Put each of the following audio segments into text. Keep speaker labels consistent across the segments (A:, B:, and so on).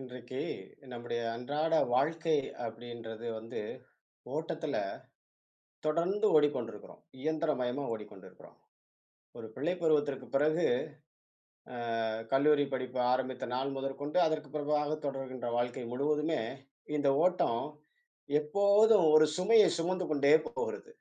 A: இன்றைக்கு நம்முடைய அன்றாட வாழ்க்கை அப்படின்றது வந்து ஓட்டத்துல தொடர்ந்து ஓடிக்கொண்டிருக்கிறோம். இயந்திரமயமா ஓடிக்கொண்டிருக்கிறோம். ஒரு பிள்ளை பருவத்திற்கு பிறகு கல்லூரி படிப்பு ஆரம்பித்த நாள் முதற்கொண்டு அதற்கு பிறகாக தொடர்கின்ற வாழ்க்கை முழுவதுமே இந்த ஓட்டம் எப்போதும் ஒரு சுமையை சுமந்து கொண்டே போகிறது.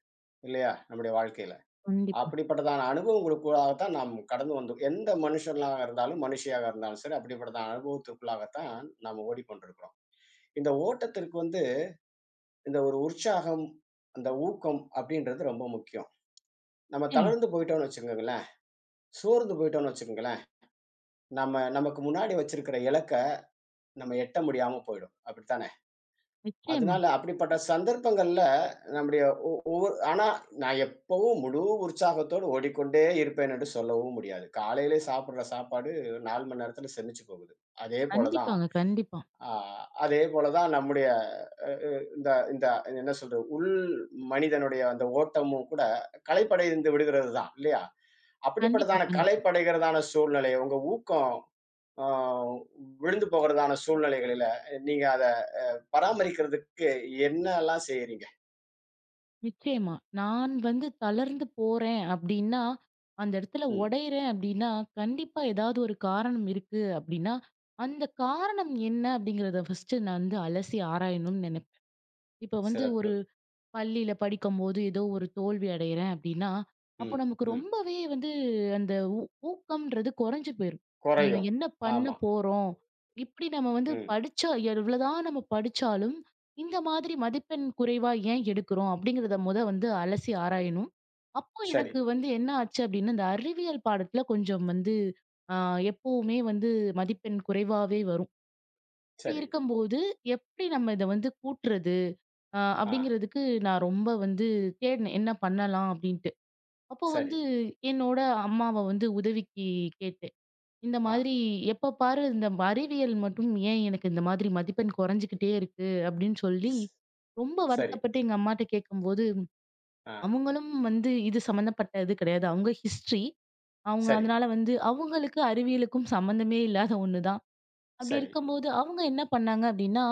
A: இல்லையா? நம்முடைய வாழ்க்கையில.
B: கண்டிப்பா.
A: அப்படிப்பட்டதான அனுபவங்களுக்குள்ளாக தான் நாம் கடந்து வந்தோம். எந்த மனுஷனாக இருந்தாலும், மனுஷியாக இருந்தாலும் சரி, அப்படிப்பட்டதான அனுபவத்திற்குள்ளாகத்தான் நாம் ஓடிக்கொண்டிருக்கிறோம். இந்த ஓட்டத்திற்கு வந்து இந்த ஒரு உற்சாகம், அந்த ஊக்கம் அப்படின்றது ரொம்ப முக்கியம். நம்ம
B: நிச்சயமா,
A: தளர்ந்து போயிட்டோம்னு வச்சுக்கோங்களேன், சோர்ந்து போயிட்டோம்னு வச்சுக்கோங்களேன், நம்ம நமக்கு முன்னாடி வச்சிருக்கிற இலக்க நம்ம எட்ட முடியாம போயிடும். அப்படித்தானே?
B: நிச்சயமா.
A: அதனால அப்படிப்பட்ட சந்தர்ப்பங்கள்ல நம்முடைய ஆனா நான் எப்பவும் முழு உற்சாகத்தோடு ஓடிக்கொண்டே இருப்பேன் என்று சொல்லவும் முடியாது. காலையிலே சாப்பிடுற சாப்பாடு 4 மணி நேரத்துல செரிச்சு போகுது. அதே போல தான்.
B: கண்டிப்பாங்க. கண்டிப்பா.
A: ஆ, அதே போல தான் நம்முடைய அ அ இந்த இந்த என்ன சொல்றது? உள் மனிதனுடைய அந்த ஓட்டமும் கூட கலைப்படைந்து விடுகிறது தான் இல்லையா?
B: கண்டிப்பா,
A: அப்படிப்பட்டதான
B: கண்டிப்பா.
A: கலைப்படைகிறதான சூழ்நிலை, உங்க ஊக்கம் ஆ விழுந்து போகிறதான சூழ்நிலைகளில, நீங்க அத பராமரிக்கிறதுக்கு என்னல்லாம் செய்றீங்க?
B: நிச்சயமா. நான் வந்து தளர்ந்து போறேன் அப்டின்னா, அந்த இடத்துல
A: ம்.
B: உடையறேன் அப்டின்னா, கண்டிப்பா ஏதாவது ஒரு காரணம் இருக்கு அப்டின்னா, அந்த காரணம் என்ன அப்டிங்கிறத ஃபர்ஸ்ட்டு நான் வந்து அலசி ஆராயணும்னு நினைப்பேன். இப்ப வந்து
A: சிறப்பு.
B: ஒரு பள்ளியில படிக்கும்போது ஏதோ ஒரு தோல்வி அடையிறேன் அப்படின்னா, அப்போ
A: ம்,
B: நமக்கு
A: ம்.
B: ரொம்பவே வந்து அந்த ஊக்கம்ன்றது குறைஞ்சு போயிரும். நம்ம
A: குறையும்.
B: என்ன பண்ண
A: ஆமா.
B: போறோம்? இப்படி நம்ம வந்து
A: ம்.
B: படிச்சா எவ்வளோதான் நம்ம படிச்சாலும், இந்த மாதிரி மதிப்பெண் குறைவா ஏன் எடுக்கிறோம்? அப்படிங்கிறத மொத வந்து அலசி ஆராயணும். அப்போ
A: சரி,
B: எனக்கு வந்து என்ன ஆச்சு அப்படின்னா, இந்த அறிவியல் பாடத்துல கொஞ்சம் வந்து அ எப்பவுமே வந்து மதிப்பெண் குறைவாவே வரும். அப்படி
A: சரி.
B: இருக்கும்போது, எப்படி நம்ம இத வந்து கூட்டுறது?
A: ஆ,
B: அப்படிங்கிறதுக்கு நான் ரொம்ப வந்து தேடினேன். என்ன பண்ணலாம் அப்படின்ட்டு. அப்போ
A: சரி.
B: வந்து என்னோட அம்மாவ வந்து உதவிக்கு கேட்டேன். இந்த
A: ஆ,
B: மாதிரி எப்ப பாரு இந்த அறிவியல் மட்டும் ஏன் எனக்கு இந்த மாதிரி மதிப்பெண் குறைஞ்சுக்கிட்டே இருக்கு அப்படின்னு சொல்லி
A: ஸ்
B: ரொம்ப
A: சரி.
B: வருத்தப்பட்டு எங்க அம்மாட்ட கேட்கும்போது,
A: ஆ,
B: அவங்களும் வந்து இது சம்மந்தப்பட்ட இது கிடையாது. அவங்க ஹிஸ்ட்ரி. அவங்க
A: சரி,
B: அதனால வந்து அவங்களுக்கு அறிவியலுக்கும் சம்மந்தமே இல்லாத ஒண்ணு தான். அப்படி
A: சரி.
B: இருக்கும்போது, அவங்க என்ன பண்ணாங்க அப்படின்னா,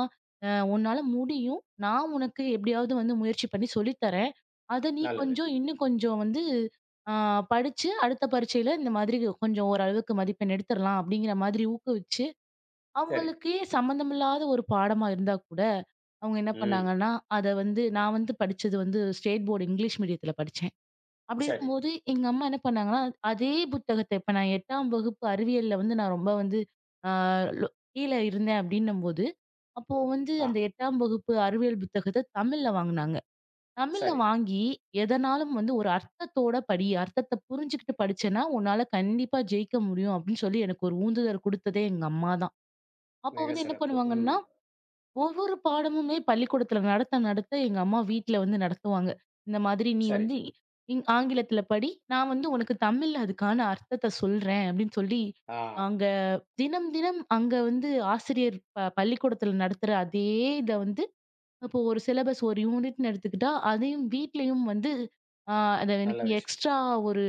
B: "அ உன்னால முடியும். நான் உனக்கு எப்படியாவது வந்து முயற்சி பண்ணி சொல்லி தரேன். அத நீ
A: நல்லது.
B: கொஞ்சம் இன்னும் கொஞ்சம் வந்து அ படிச்சு அடுத்த பரீட்சையில இந்த மாதிரி கொஞ்சம் ஓரளவுக்கு மதிப்பெண் எடுத்துறலாம்." அப்படிங்கிற மாதிரி ஊக்குவிச்சு,
A: சரி.
B: அவங்களுக்கே சம்மந்தமில்லாத ஒரு பாடமா இருந்தா கூட, அவங்க என்ன
A: ம்.
B: பண்ணாங்கன்னா, அத வந்து நான் வந்து படிச்சது வந்து ஸ்டேட் போர்டு இங்கிலீஷ் மீடியத்தில படிச்சேன். அப்படி
A: சரி.
B: இருக்கும்போது எங்க அம்மா என்ன பண்ணாங்கன்னா, அதே புத்தகத்த இப்ப நான் 8ஆம் வகுப்பு அறிவியல்ல வந்து நான் ரொம்ப வந்து ஆ லொ கீழ இருந்தேன் அப்படின்னும்போது, அப்போ வந்து
A: ஆ,
B: அந்த 8ஆம் வகுப்பு அறிவியல் புத்தகத்த தமிழ்ல வாங்குனாங்க. தமிழ்ல
A: சரி.
B: வாங்கி எதனாலும் வந்து ஒரு அர்த்தத்தோட படி, அர்த்தத்த புரிஞ்சுகிட்டு படிச்சேன்னா, உன்னால கண்டிப்பா ஜெயிக்க முடியும் அப்படின்னு சொல்லி எனக்கு ஒரு ஊந்துதல் குடுத்ததே எங்க அம்மா தான். அப்போ
A: மிக
B: வந்து என்ன
A: சிறப்பு. ம்.
B: பண்ணுவாங்கன்னா ஒவ்வொரு பாடமுமே பள்ளிக்கூடத்துல நடத்த நடத்த எங்க அம்மா வீட்ல வந்து நடத்துவாங்க. இந்த மாதிரி நீ
A: சரி.
B: வந்து ஆங்கிலத்துல படி. நான் வந்து உனக்கு தமிழ்ல அதுக்கான அர்த்தத்த சொல்றேன் அப்படின்னு சொல்லி,
A: ஆ,
B: அங்க தினம் தினம் அங்க வந்து ஆசிரியர் பள்ளிக்கூடத்துல நடத்துற அதே இத வந்து இப்போ ஒரு சிலபஸ் ஒரு யூனிட்ன்னு எடுத்துக்கிட்டா, அதையும் வீட்லயும் வந்து அ அத
A: நல்ல
B: எனக்கு
A: விஷயம்.
B: எக்ஸ்ட்ரா ஒரு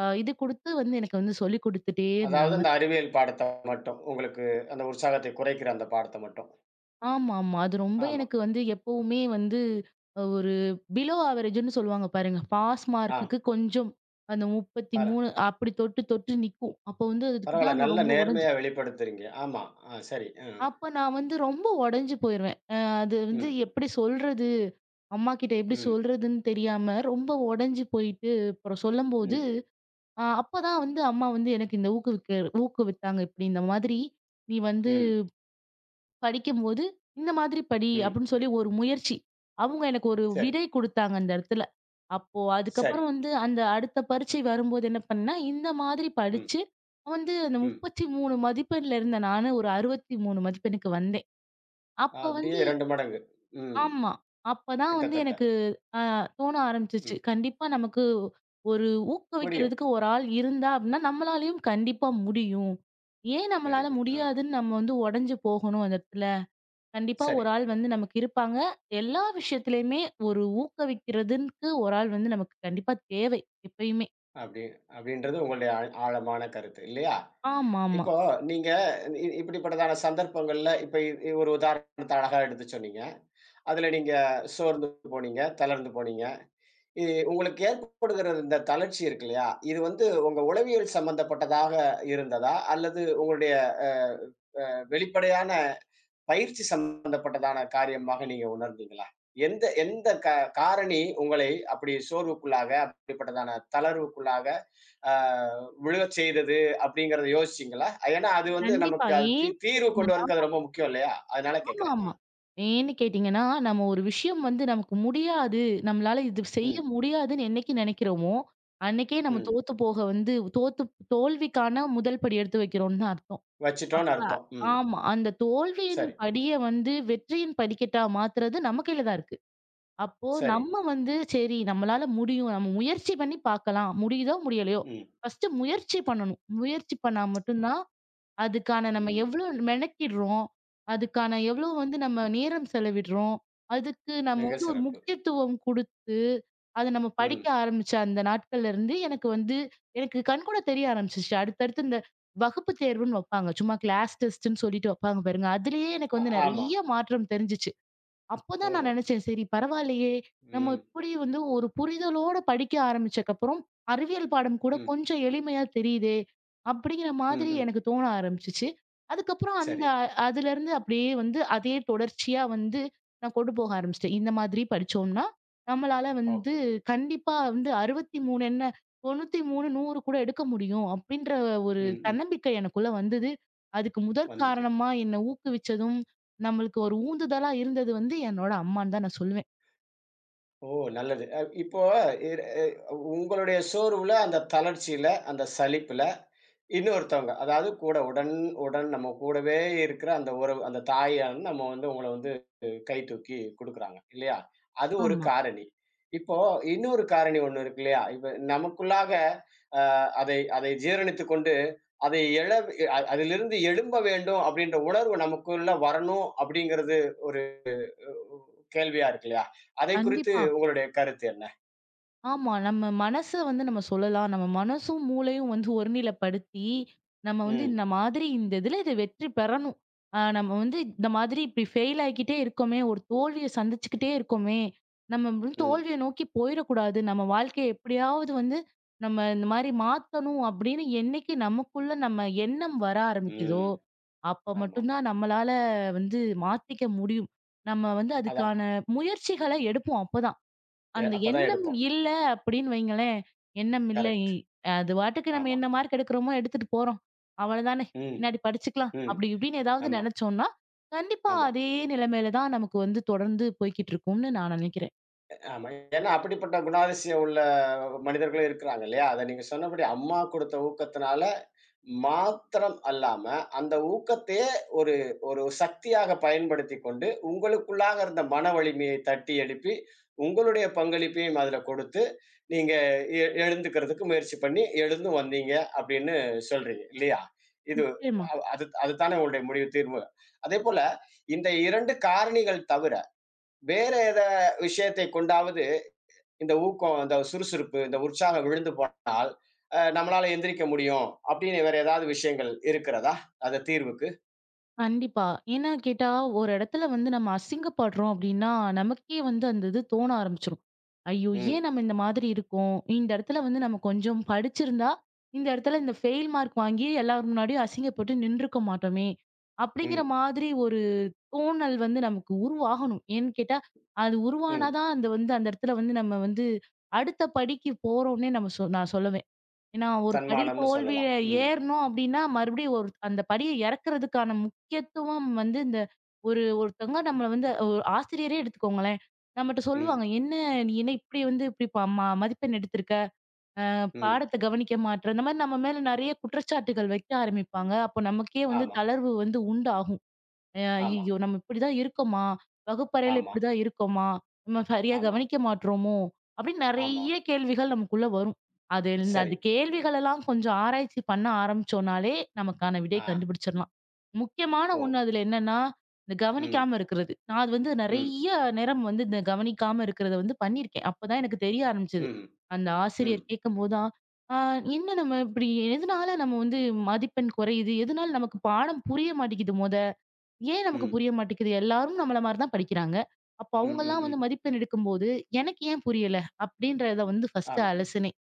B: இது குடுத்து வந்து எனக்கு வந்து சொல்லிக் குடுத்துட்டே
A: அதாவது
B: இருந்தாங்க.
A: அந்த அறிவியல் பாடத்த மட்டும், உங்களுக்கு அந்த உற்சாகத்தை குறைக்கிற அந்த பாடத்த மட்டும்.
B: ஆமா, ஆமா. அது ரொம்ப
A: ஆமா.
B: எனக்கு வந்து எப்பவுமே வந்து ஒரு பிலோ ஆவரேஜ்ன்னு சொல்லுவாங்க பாருங்க. பாஸ்
A: ஆ,
B: மார்க்குக்கு கொஞ்சம் அந்த
A: பர
B: 33 அப்படி தொட்டு தொட்டு நிக்கும். அப்போ வந்து அதுக்கு
A: பரவால்ல.
B: தான் நான்
A: நல்ல
B: ரொம்ப உடைஞ்சு
A: நேர்மையா வெளிப்படுத்துறீங்க. ஆமா. ஆ, சரி. அ.
B: அப்ப நான் வந்து ரொம்ப உடைஞ்சு போயிருவேன். அது வந்து
A: ம்,
B: எப்படி சொல்றது? அம்மாகிட்ட எப்படி
A: ம்,
B: சொல்றதுன்னு தெரியாம ரொம்ப உடைஞ்சு போயிட்டு அப்புறம் சொல்லும்போது,
A: ம்,
B: அப்பதான் வந்து அம்மா வந்து எனக்கு இந்த ஊக்குவிக்க ஊக்குவித்தாங்க. இப்படி இந்த மாதிரி நீ வந்து
A: ம்,
B: படிக்கும்போது, "இந்த மாதிரி படி"
A: ம்.
B: அப்படின்னு சொல்லி ஒரு முயற்சி. அவங்க எனக்கு ஒரு
A: சரி,
B: விடை குடுத்தாங்க அந்த இடத்துல. அப்போ
A: சரி.
B: அதுக்கப்புறம் வந்து அந்த அடுத்த பரீட்சை வரும்போது என்ன பண்ணேன்னா, இந்த மாதிரி
A: ம்,
B: படிச்சு வந்து அந்த
A: ம்.
B: 33 மதிப்பெண்ல இருந்த நானு ஒரு 63 மதிப்பெண்ணுக்கு வந்தேன். அப்ப
A: அப்படியே
B: வந்து
A: 2 மடங்கு. ம்.
B: ஆமா. அப்பதான் வந்து
A: கிட்டத்தட்ட.
B: எனக்கு அ தோண ஆரம்பிச்சுச்சு.
A: ம்.
B: கண்டிப்பா நமக்கு ஒரு
A: முடியும்.
B: ஊக்குவிக்கிறதுக்கு ஒரு ஆள் இருந்தா அப்படின்னா, நம்மளாலயும் கண்டிப்பா முடியும். ஏன்
A: வெரி
B: நம்மளால
A: குட். ஆ.
B: முடியாதுன்னு நம்ம வந்து உடைஞ்சு போகணும் அந்த இடத்துல? கண்டிப்பா
A: சரி.
B: ஒரு ஆள் வந்து நமக்கு இருப்பாங்க. எல்லா விஷயத்திலயுமே ஒரு ஊக்குவிக்கிறதுக்கு ஒரு ஆள் வந்து நமக்கு கண்டிப்பா தேவை, எப்பயுமே.
A: அப்படி அப்படின்றது உங்களுடைய ஆழமான கருத்து இல்லையா?
B: ஆமாமா.
A: இப்போ நீங்க இப்படிப்பட்டதான சந்தர்ப்பங்கள்ல, இப்ப இ இ- ஒரு உதாரணத்த அழகா எடுத்து சொன்னீங்க. அதுல நீங்க சோர்ந்து போனீங்க, தளர்ந்து போனீங்க. இ உங்களுக்கு ஏற்படுகிற இந்த தளர்ச்சி இருக்கு இல்லையா? இது வந்து உங்க உளவியல் சம்பந்தப்பட்டதாக இருந்ததா? அல்லது உங்களுடைய அ வெளிப்படையான பயிற்சி சம்பந்தப்பட்டதான காரியமாக நீங்க உணர்ந்தீங்களா? எந்த எந்த காரணி உங்களை அப்படி சோர்வுக்குள்ளாக, அப்படிப்பட்டதான தளர்வுக்குள்ளாக அ விழச் செய்தது அப்படிங்கிறத யோசிச்சீங்களா? ஏன்னா, அது வந்து
B: கண்டிப்பா.
A: நமக்கு அது
B: ஏன்னு
A: தீர்வு கொண்டு
B: கேட்டீங்கன்னா
A: வரதுக்கு அது ரொம்ப முக்கியம் இல்லையா? அதனால கேட்கிறேன்.
B: ஆமாமா. ஏன்னு கேட்டீங்கன்னா, நம்ம ஒரு விஷயம் வந்து நமக்கு முடியாது, நம்மளால இது செய்ய
A: ம்,
B: முடியாதுன்னு என்னைக்கு நெனைக்கிறோமோ, அன்னைக்கே நம்ம
A: ம்.
B: தோத்து போக வந்து தோத்து தோல்விக்கான முதல் படி எடுத்து வைக்கிறோம்னு தான் அர்த்தம்.
A: வச்சுட்டோம்ன்னு
B: அப்ப
A: அர்த்தம். ம்.
B: ஆமா. அந்த தோல்வியின்
A: சரி,
B: படிய வந்து வெற்றியின் படிக்கட்டா மாத்துறது நம்ம கையில தான் இருக்கு. அப்போ
A: சரி.
B: நம்ம வந்து சரி நம்மளால முடியும். நம்ம முயற்சி பண்ணி பார்க்கலாம். முடியுதோ! முடியலையோ!
A: ம்,
B: ஃபர்ஸ்ட்டு முயற்சி பண்ணணும். முயற்சி பண்ணா மட்டும் தான் அதுக்கான நம்ம
A: ம்.
B: எவ்ளோ மெனக்கிடுறோம். அதுக்கான எவ்ளோ வந்து நம்ம நேரம் செலவிடுறோம். அதுக்கு நம்ம
A: மிக
B: வந்து ஒரு
A: சிறப்பு.
B: முக்கியத்துவம் குடுத்து, அத நம்ம
A: ம்.
B: படிக்க ஆரம்பிச்ச அந்த நாட்கள்ல இருந்து எனக்கு வந்து எனக்கு கண்கூட தெரிய ஆரம்பிச்சுச்சு. அடுத்தடுத்து இந்த வகுப்பு தேர்வுன்னு வப்பாங்க. சும்மா கிளாஸ் டெஸ்ட்டுன்னு சொல்லிட்டு வப்பாங்க பாருங்க. அதுலயே எனக்கு
A: ஆ,
B: வந்து
A: ஆமா.
B: நெறைய மாற்றம் தெரிஞ்சுச்சு. அப்பதான் நான்
A: ஓஹோ!
B: நினைச்சேன், சரி பரவாயில்லையே! நம்ம
A: ம்,
B: இப்படி வந்து ஒரு புரிதலோட படிக்க ஆரம்பிச்சக்கப்புறம், அறிவியல் பாடம் கூட
A: ம்,
B: கொஞ்சம் எளிமையா தெரியுதே! அப்படிங்கிற
A: ம்,
B: மாதிரி
A: ம்.
B: எனக்கு தோண ஆரம்பிச்சுச்சு. அதுக்கப்புறம் அந்த
A: சரி.
B: அதுலருந்து அப்படியே வந்து அதே தொடர்ச்சியா வந்து நான் கொண்டு போக ஆரம்பிச்சுட்டேன். இந்த மாதிரி படிச்சோம்னா, நம்மளால வந்து
A: ஓகே.
B: கண்டிப்பா வந்து 63 என்ன 93, 100 கூட எடுக்க முடியும். அப்படின்ற ஒரு
A: ம், ம்.
B: தன்னம்பிக்கை எனக்குள்ள வந்தது. அதுக்கு முதற்
A: வந்தது.
B: காரணமா என்ன ஊக்குவிச்சதும், நம்மளுக்கு ஒரு ஊந்துதலா இருந்தது வந்து என்னோட அம்மான்னு தான் நான் சொல்லுவேன்.
A: ஓ! நல்லது. இப்போ இர் அ உங்களுடைய சோர்வுல, அந்த தளர்ச்சியில, அந்த சலிப்புல, இன்னொருத்தவங்க, அதாவது கூட உடன் உடன் நம்ம கூடவே இருக்கிற அந்த உறவு, அந்த தாயான நம்ம வந்து உங்கள வந்து கை தூக்கி குடுக்குறாங்க, இல்லையா? அது ஒரு
B: ஆமா.
A: காரணி. இப்போ இன்னொரு காரணி ஒண்ணு இருக்கு இல்லையா? இப்ப நமக்குள்ளாக அ அதை அதை ஜீரணித்துக் கொண்டு, அதை எழ அ அதிலிருந்து எழும்ப வேண்டும் அப்படின்ற உணர்வு நமக்குள்ள வரணும் அப்படிங்கிறது ஒரு கேள்வியா இருக்கு இல்லையா? அதை குறித்து
B: கண்டிப்பா.
A: உங்களுடைய கருத்து என்ன?
B: ஆமா. நம்ம மனச வந்து நம்ம சொல்லலாம். நம்ம மனசும், மூளையும் வந்து ஒருநிலைப்படுத்தி, நம்ம வந்து
A: ம்,
B: இந்த மாதிரி இந்த இதுல இத வெற்றி பெறணும். நம்ம வந்து இந்த மாதிரி இப்படி ஃபெயில் ஆகிக்கிட்டே இருக்கோமே, ஒரு தோல்விய சந்திச்சுக்கிட்டே இருக்கோமே, நம்ம வந்து
A: ம்,
B: தோல்விய நோக்கி போயிறக்கூடாது. நம்ம வாழ்க்கைய எப்படியாவது வந்து நம்ம இந்த மாரி மாத்தணும் அப்படின்னு என்னைக்கு நமக்குள்ள நம்ம எண்ணம் வர ஆரம்பிக்குதோ,
A: ம்.
B: அப்ப
A: ஆமா.
B: மட்டும்தான் நம்மளால வந்து மாத்திக்க முடியும். நம்ம வந்து
A: அதான்.
B: அதுக்கான முயற்சிகள எடுப்போம் அப்பதான். அந்த
A: அப்பதான்
B: எண்ணம்
A: எடுப்போம். ம்.
B: இல்ல அப்படின்னு வைங்களேன். எண்ணம் இல்ல.
A: கரெக்ட்.
B: அது பாட்டுக்கு நம்ம
A: ஆமா.
B: என்ன மார்க் எடுக்கிறோமோ எடுத்துட்டு போறோம். அவ்வளதானே!
A: ம்,
B: பின்னாடி படிச்சுக்கலாம்.
A: ம்.
B: அப்படி இப்படின்னு ஏதாவது
A: ஆமா,
B: நெனைச்சோம்னா, கண்டிப்பா
A: ஆமா,
B: அதே நிலைமையில தான் நமக்கு வந்து தொடர்ந்து போய்க்கிட்டு இருக்கும்னு நான் நினைக்கிறேன்.
A: ஆமா. ஏன்னா அப்படிப்பட்ட குணாதிசயம் உள்ள மனிதர்களும் இருக்கிறாங்க இல்லையா? அத நீங்க சொன்னபடி அம்மா குடுத்த ஊக்கத்தினால மாத்திரம் அல்லாம, அந்த ஊக்கத்தையே ஒரு ஒரு சக்தியாக பயன்படுத்திக் கொண்டு, உங்களுக்குள்ளாக இருந்த மன வலிமையை தட்டி எழுப்பி, உங்களுடைய பங்களிப்பையும் அதுல கொடுத்து, நீங்க எழுந்துக்கிறதுக்கு முயற்சி பண்ணி, எழுந்தும் வந்தீங்க அப்படின்னு சொல்றீங்க இல்லையா? இது
B: நிச்சயமா.
A: அது அது தானே உங்களுடைய முடிவு தீர்வு. அதேபோல இந்த 2 காரணிகள் தவிர, வேற எத விஷயத்தை கொண்டாவது இந்த ஊக்கம், இந்த சுறுசுறுப்பு, இந்த உற்சாகம் விழுந்து போனால், நம்மளால எந்திரிக்க முடியும். அப்படின்னு வேற ஏதாவது விஷயங்கள் இருக்கிறதா? அந்த தீர்வுக்கு?
B: கண்டிப்பா. ஏன்னா கேட்டா, ஒரு இடத்துல வந்து நம்ம அசிங்கப்படுறோம் அப்டின்னா, நமக்கே வந்து அந்த இது தோண ஆரம்பிச்சுரும். ஐயோ!
A: ம்,
B: ஏன் நம்ம இந்த மாதிரி இருக்கோம்? இந்த இடத்துல வந்து நம்ம கொஞ்சம் படிச்சிருந்தா, இந்த இடத்துல இந்த ஃபெயில் மார்க் வாங்கி எல்லார் முன்னாடியும் அசிங்கப்பட்டு நின்றுக்க மாட்டோமே! அப்டிங்கிற
A: ம்,
B: மாதிரி ஒரு தோணல் வந்து நமக்கு உருவாகணும். ஏன்னு கேட்டா, அது உருவானா
A: ம்.
B: தான் அந்த வந்து அந்த இடத்துல வந்து நம்ம வந்து அடுத்த படிக்கு போறோம்னே நம்ம நான் சொல்லுவேன். ஏன்னா, ஒரு படி
A: தன்மானம்னு
B: தோல்விய
A: சொல்லலாம். ம்,
B: ஏறணும் அப்டின்னா, மறுபடியும் ஒரு அந்த படிய இறக்குறதுக்கான முக்கியத்துவம் வந்து இந்த ஒரு ஒருத்தவங்க நம்மள வந்து ஒரு ஆசிரியரே எடுத்துக்கோங்களேன். நம்மட்ட
A: ம்,
B: சொல்லுவாங்க. "என்ன நீ என்ன இப்டி வந்து இப்டி ப ம மதிப்பெண் எடுத்திருக்க? அ
A: ம்.
B: பாடத்த கவனிக்க மாட்ற." இந்த மாரி நம்ம மேல நெறைய குற்றச்சாட்டுகள் வைக்க ஆரம்பிப்பாங்க. அப்போ நமக்கே வந்து
A: ஆமா,
B: தளர்வு வந்து உண்டாகும்.
A: ஆமா,
B: ஐயய்யோ! நம்ம இப்படிதான் இருக்கோமா? வகுப்பறையில
A: ஆமா,
B: இப்படிதான் இருக்கோமா? நம்ம சரியா
A: ஆமா,
B: கவனிக்க மாட்றோமோ? அப்படின்னு
A: ஆமா.
B: நெறைய கேள்விகள் நமக்குள்ள வரும். அது இந்த
A: சரி.
B: அந்த கேள்விகளெல்லாம் கொஞ்சம் ஆராய்ச்சி பண்ண ஆரம்பிச்சோம்னாலே, நமக்கான விடை
A: ஆ,
B: கண்டுபிடிச்சிடலாம். முக்கியமான
A: ஓ!
B: ஒண்ணு அதுல என்னன்னா, இந்த
A: ம்,
B: கவனிக்காம இருக்கிறது. நான் அது வந்து
A: ம்,
B: நெறைய நேரம் வந்து இந்த கவனிக்காம இருக்கிறத வந்து பண்ணியிருக்கேன். அப்பதான் எனக்கு தெரிய ஆரம்பிச்சது.
A: ம்,
B: அந்த
A: ம்,
B: ஆசிரியர் கேட்கும்போது தான், ஆ என்ன நம்ம இப்படி எதனால நம்ம வந்து மதிப்பெண் குறையுது? எதனால நமக்கு பாடம் புரிய மாட்டேங்குது மொத? ஏன் நமக்கு
A: ம்,
B: புரிய மாட்டேங்குது? எல்லாரும் நம்மள மாரி தான் படிக்கிறாங்க. அப்ப
A: ம், ம்,
B: அவங்கலாம் வந்து
A: ம்.
B: மதிப்பெண் எடுக்கும்போது, எனக்கு ஏன் புரியல? அப்படின்றத வந்து ஃபர்ஸ்ட்டு
A: ஆமா.
B: அலசுனேன்.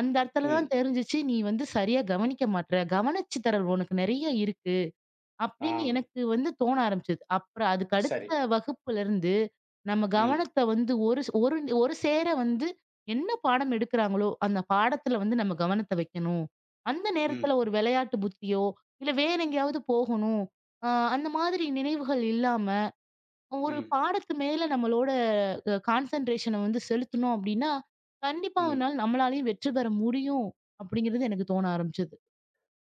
B: அந்த இடத்துல
A: ம்,
B: தான் தெரிஞ்சுச்சு, நீ வந்து சரியா கவனிக்க மாட்ற. கவனிச்சுத்தரல் உனக்கு நெறைய இருக்கு. அப்படின்னு
A: ஆம்.
B: எனக்கு வந்து தோண ஆரம்பிச்சது. அப்புறம் அதுக்கு
A: சரி.
B: அடுத்த வகுப்புலருந்து, நம்ம
A: ம்,
B: கவனத்த வந்து ஒரு ஸ் ஒரு ஒரு சேர வந்து என்ன பாடம் எடுக்குறாங்களோ, அந்த பாடத்துல வந்து நம்ம கவனத்த வைக்கணும். அந்த
A: ம்,
B: நேரத்துல ஒரு விளையாட்டு புத்தியோ, இல்ல வேற எங்கேயாவது போகணும். அ அந்த மாதிரி நினைவுகள் இல்லாம, ஒரு
A: ம்,
B: பாடத்து மேல நம்மளோட கான்சன்ட்ரேஷன வந்து செலுத்துனோம் அப்படின்னா, கண்டிப்பா ஒரு
A: ம்.
B: நாள் நம்மளாலயும் வெற்றி பெற முடியும், அப்படிங்கிறது எனக்கு தோண ஆரம்பிச்சது.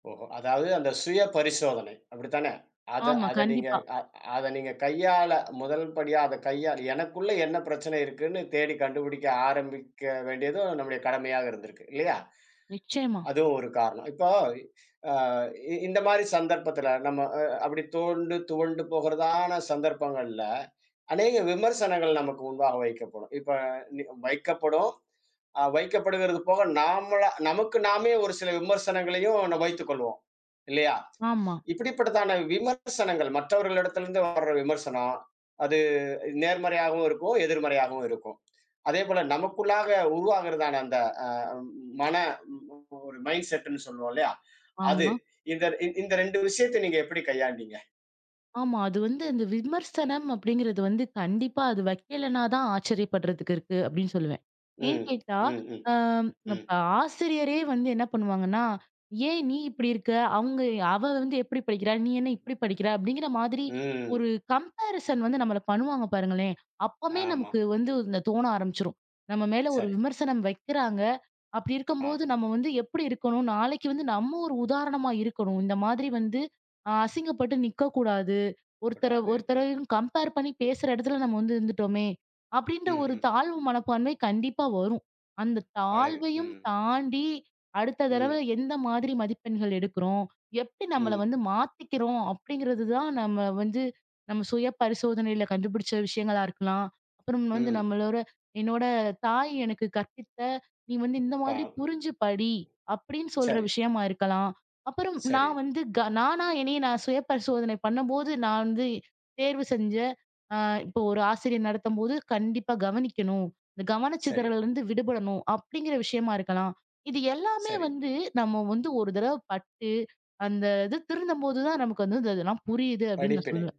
A: ஓஹோ! அதாவது அந்த சுய பரிசோதனை. அப்படித்தானே? அத
B: ஆமா,
A: அத நீங்க
B: கண்டிப்பா.
A: அ அத நீங்க கையாள முதல் படியா அத கையாள எனக்குள்ள என்ன பிரச்சனை இருக்குன்னு தேடி கண்டுபிடிக்க ஆரம்பிக்க வேண்டியதும் நம்முடைய கடமையாக இருந்திருக்கு. இல்லையா?
B: நிச்சயமா.
A: அதுவும் ஒரு காரணம். இப்போ அ இ இந்த மாரி சந்தர்ப்பத்துல நம்ம அப்படி தோண்டு துவண்டு போகிறதான சந்தர்ப்பங்கள்ல அநேக விமர்சனங்கள் நமக்கு முன்பாக வைக்கப்படும். இப்ப வைக்கப்படும். வைக்கப்படுகிறது போக நாமளா நமக்கு நாமே ஒரு சில விமர்சனங்களையும் வைத்துக் கொள்வோம். இல்லையா?
B: ஆமா,
A: இப்படிப்பட்டதான விமர்சனங்கள் மற்றவர்களிடத்திலிருந்து வர்ற விமர்சனம், அது நேர்மறையாகவும் இருக்கும், எதிர்மறையாகவும் இருக்கும். அதேபோல நமக்குள்ளாக உருவாகுறதான அந்த அ மன ஒரு மைண்ட் செட்ன்னு சொல்லுவோம் இல்லையா? அது
B: ஆமா.
A: இந்த இந்த 2 விஷயத்த நீங்க எப்படி கையாண்டீங்க?
B: ஆமா. அது வந்து அந்த விமர்சனம் அப்படிங்கிறது வந்து கண்டிப்பா அது வைக்கலனா தான் ஆச்சரியப்படுறதுக்கு இருக்கு அப்படின்னு சொல்லுவேன். ஏன்னு
A: ம்,
B: கேட்டா,
A: ம், ம்,
B: அம்
A: ம்,
B: இப்ப ஆசிரியரே வந்து என்ன பண்ணுவாங்கன்னா, "ஏன் நீ இப்படி இருக்க? அவங்க அவ வந்து எப்படி படிக்கிறா? நீ என்ன இப்படி படிக்கிற?" அப்படிங்கிற மாதிரி
A: ம்.
B: ஒரு கம்பேரிசன் வந்து நம்மள பண்ணுவாங்க பாருங்களேன். அப்பமே
A: ஆமா.
B: நமக்கு வந்து இந்த தோண ஆரம்பிச்சுரும். நம்ம மேல ஒரு
A: சரி.
B: விமர்சனம் வைக்கிறாங்க. அப்படி
A: ஆ,
B: இருக்கும்போது நம்ம வந்து எப்படி இருக்கணும்? நாளைக்கு வந்து நம்ம ஒரு உதாரணமா இருக்கணும். இந்த மாதிரி வந்து அசிங்கப்பட்டு நிக்கக்கூடாது. ஒருத்தர
A: கூடாது. ம்,
B: ஒருத்தரையும் கம்பேர் பண்ணி பேசுற இடத்துல நம்ம வந்து இருந்துட்டோமே! அப்பிடின்ற
A: ம்,
B: ஒரு
A: ம்.
B: தாழ்வு மனப்பான்மை கண்டிப்பா வரும். அந்த
A: அழகு.
B: தாழ்வையும்
A: ம்,
B: தாண்டி அடுத்த தடவ
A: ம்,
B: எந்த மாதிரி மதிப்பெண்கள் எடுக்கிறோம்? எப்பிடி நம்மள
A: ம்,
B: வந்து மாத்திக்கிறோம்? அப்பிடிங்கிறது தான் நம்ம வந்து நம்ம சுய பரிசோதனையில கண்டுபிடிச்ச விஷயங்களா இருக்கலாம். அப்புறம் வந்து
A: ம்.
B: நம்மளோட என்னோட தாய் எனக்கு கற்பித்த, நீ வந்து இந்த
A: பா
B: மாதிரி புரிஞ்சு படி! அப்பிடின்னு சொல்ற
A: சரி,
B: விஷயமா இருக்கலாம். அப்புறம்
A: சரி,
B: நான் வந்து நானா என்னைய நான் சுய பரிசோதனை பண்ணும்போது, நான் வந்து தேர்வு செஞ்ச அ இப்போ ஒரு ஆசிரியர் நடத்தும்போது கண்டிப்பா கவனிக்கணும். இந்த
A: சரி,
B: கவனச்சிதறல்லருந்து விடுபடணும் அப்படிங்கிற விஷயமா இருக்கலாம். இது எல்லாமே
A: சரி.
B: வந்து நம்ம வந்து ஒரு தடவ பட்டு, அந்த இது திருந்தம்போது தான் நமக்கு வந்து இதெல்லாம் புரியுது அப்படின்னு நான்
A: படிப்பினை.
B: சொல்லுவேன்.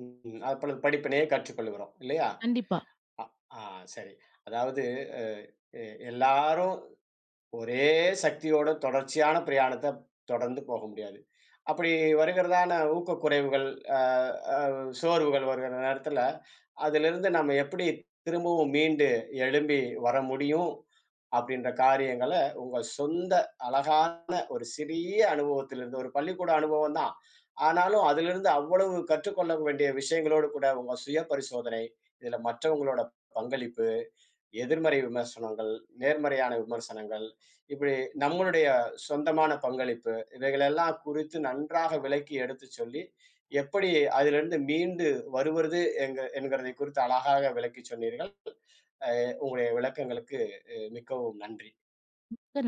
A: ம். அப்பொழுது படிப்பினையே கற்றுக்கொள்கிறோம் இல்லையா?
B: கண்டிப்பா.
A: அ, ஆ, சரி. அதாவது அ எ எல்லாரும் ஒரே சக்தியோட தொடர்ச்சியான பிரயாணத்த தொடர்ந்து போக முடியாது. அப்படி வருகிறதான ஊக்கக்குறைவுகள், அ அ சோர்வுகள் வருகிற நேரத்தில, அதிலிருந்து நம்ம எப்படி திரும்பவும் மீண்டு எழும்பி வர முடியும்? அப்படின்ற காரியங்கள உங்க சொந்த அழகான ஒரு சிறிய அனுபவத்திலிருந்து ஒரு பள்ளிக்கூட அனுபவம் தான். ஆனாலும் அதிலிருந்து அவ்வளவு கற்றுக்கொள்ள வேண்டிய விஷயங்களோடு கூட உங்க சுய பரிசோதனை, இதுல மற்றவங்களோட பங்களிப்பு, எதிர்மறை விமர்சனங்கள், நேர்மறையான விமர்சனங்கள், இப்படி நம்மளுடைய சொந்தமான பங்களிப்பு இவைகளெல்லாம் குறித்து நன்றாக விளக்கி எடுத்துச் சொல்லி, எப்படி அதிலிருந்து மீண்டு வருவது என்கிறதை குறித்து அழகாக விளக்கிச் சொன்னீர்கள். அ உங்களுடைய விளக்கங்களுக்கு மிக்கவும் நன்றி.
B: மிக்க நன்றி.